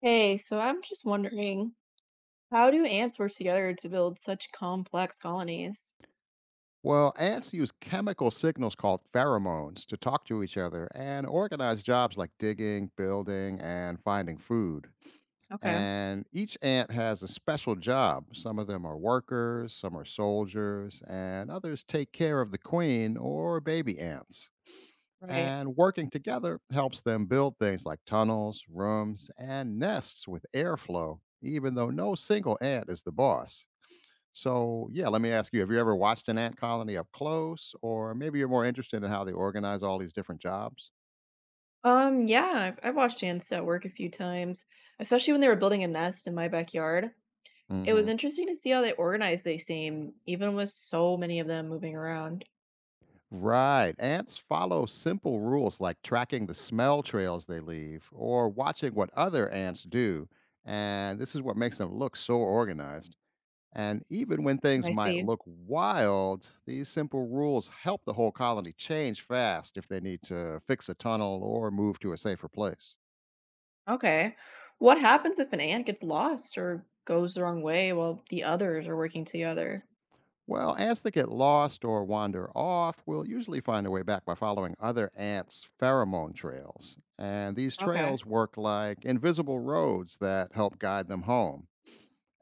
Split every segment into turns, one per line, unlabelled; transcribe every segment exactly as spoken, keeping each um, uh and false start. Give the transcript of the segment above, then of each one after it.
Hey, so I'm just wondering, how do ants work together to build such complex colonies?
Well, ants use chemical signals called pheromones to talk to each other and organize jobs like digging, building, and finding food.
Okay,
And each ant has a special job. Some of them are workers, some are soldiers, and others take care of the queen or baby ants.
right.
And working together helps them build things like tunnels, rooms, and nests with airflow, even though no single ant is the boss. So, yeah, let me ask you, have you ever watched an ant colony up close, or maybe you're more interested in how they organize all these different jobs?
Um, yeah, I've, I've watched ants at work a few times, especially when they were building a nest in my backyard. It was
Hmm.
interesting to see how they organized they seem, even with so many of them moving around.
Right. Ants follow simple rules like tracking the smell trails they leave or watching what other ants do. And this is what makes them look so organized. And even when things
I
might
see.
look wild, these simple rules help the whole colony change fast if they need to fix a tunnel or move to a safer place.
Okay. What happens if an ant gets lost or goes the wrong way while the others are working together?
Well, ants that get lost or wander off will usually find their way back by following other ants' pheromone trails. And these
Okay,
trails work like invisible roads that help guide them home.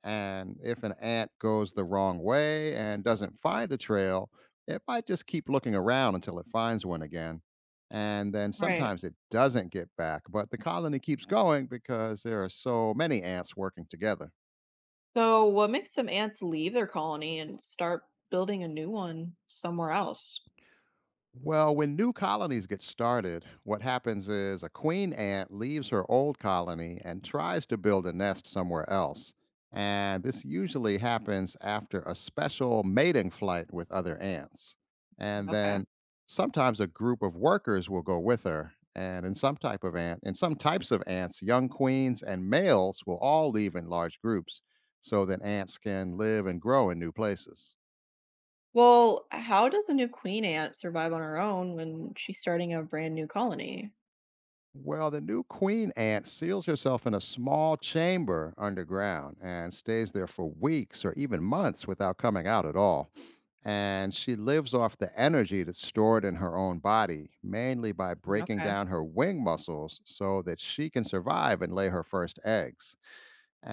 And if an ant goes the wrong way and doesn't find a trail, it might just keep looking around until it finds one again. And then
right.
sometimes it doesn't get back, but the colony keeps going because there are so many ants working together.
So, what makes some ants leave their colony and start building a new one somewhere else?
Well, when new colonies get started, what happens is a queen ant leaves her old colony and tries to build a nest somewhere else. And this usually happens after a special mating flight with other ants. And
Okay.
then sometimes a group of workers will go with her. And in some type of ant, in some types of ants, young queens and males will all leave in large groups so that ants can live and grow in new places.
Well, how does a new queen ant survive on her own when she's starting a brand new colony?
Well, the new queen ant seals herself in a small chamber underground and stays there for weeks or even months without coming out at all. And she lives off the energy that's stored in her own body, mainly by
Mm,
breaking
okay.
down her wing muscles so that she can survive and lay her first eggs.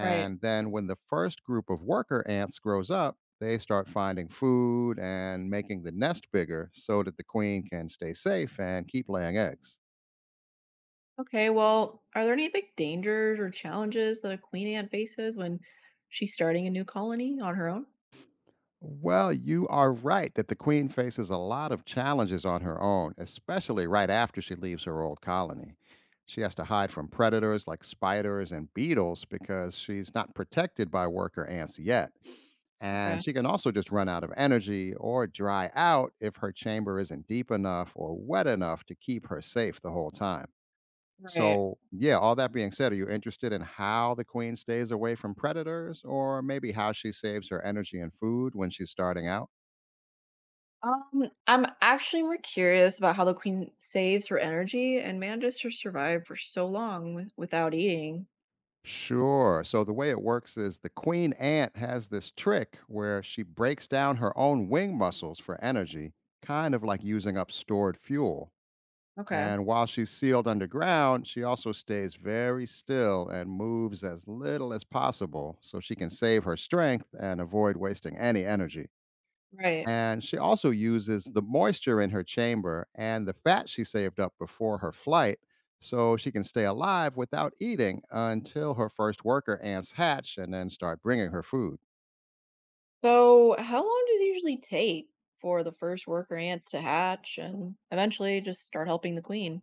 Right.
then when the first group of worker ants grows up, they start finding food and making the nest bigger so that the queen can stay safe and keep laying eggs.
Okay. Well, are there any big dangers or challenges that a queen ant faces when she's starting a new colony on her own?
Well, you are right that the queen faces a lot of challenges on her own, especially right after she leaves her old colony. She has to hide from predators like spiders and beetles because she's not protected by worker ants yet. And
Okay.
she can also just run out of energy or dry out if her chamber isn't deep enough or wet enough to keep her safe the whole time.
Right.
So, yeah, all that being said, are you interested in how the queen stays away from predators, or maybe how she saves her energy and food when she's starting out?
Um, I'm actually more curious about how the queen saves her energy and manages to survive for so long with- without eating.
Sure. So, the way it works is the queen ant has this trick where she breaks down her own wing muscles for energy, kind of like using up stored fuel.
Okay.
And while she's sealed underground, she also stays very still and moves as little as possible so she can save her strength and avoid wasting any energy.
Right.
And she also uses the moisture in her chamber and the fat she saved up before her flight so she can stay alive without eating until her first worker ants hatch and then start bringing her food.
So, how long does it usually take for the first worker ants to hatch and eventually just start helping the queen?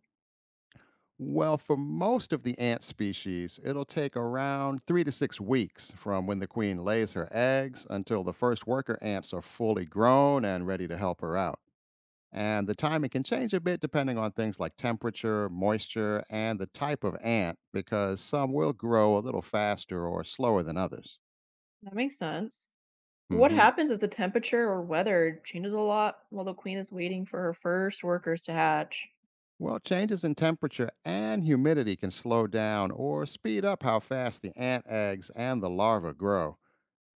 Well, for most of the ant species, it'll take around three to six weeks from when the queen lays her eggs until the first worker ants are fully grown and ready to help her out. And the timing can change a bit depending on things like temperature, moisture, and the type of ant, because some will grow a little faster or slower than others.
That makes sense. What
Hmm.
happens if the temperature or weather changes a lot while the queen is waiting for her first workers to hatch?
Well, changes in temperature and humidity can slow down or speed up how fast the ant eggs and the larva grow.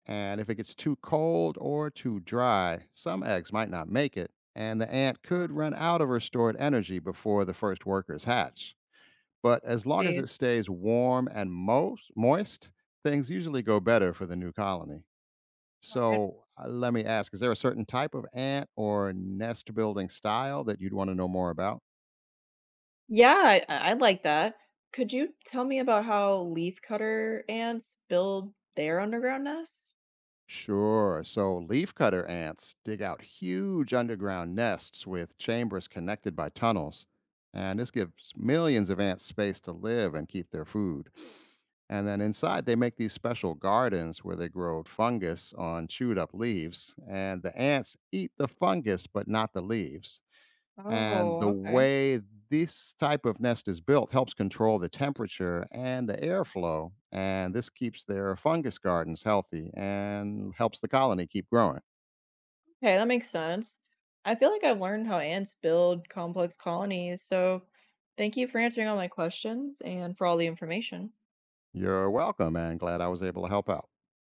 And if it gets too cold or too dry, some eggs might not make it, and the ant could
Oh,
run out of her stored energy before the first workers hatch. But as long as
see.
it stays warm and most moist, things usually go better for the new colony.
Alright.
So uh, let me ask, is there a certain type of ant or nest building style that you'd want to know more about?
Yeah, I, I like that. Could you tell me about how leafcutter ants build their underground nests?
Sure. So leafcutter ants dig out huge underground nests with chambers connected by tunnels. And this gives millions of ants space to live and keep their food. And then inside, they make these special gardens where they grow fungus on chewed up leaves. And the ants eat the fungus, but not the leaves, and
Oh,
the
okay.
way this type of nest is built helps control the temperature and the airflow, and this keeps their fungus gardens healthy and helps the colony keep growing.
Okay, that makes sense. I feel like I've learned how ants build complex colonies, so thank you for answering all my questions and for all the information.
You're welcome, and glad I was able to help out.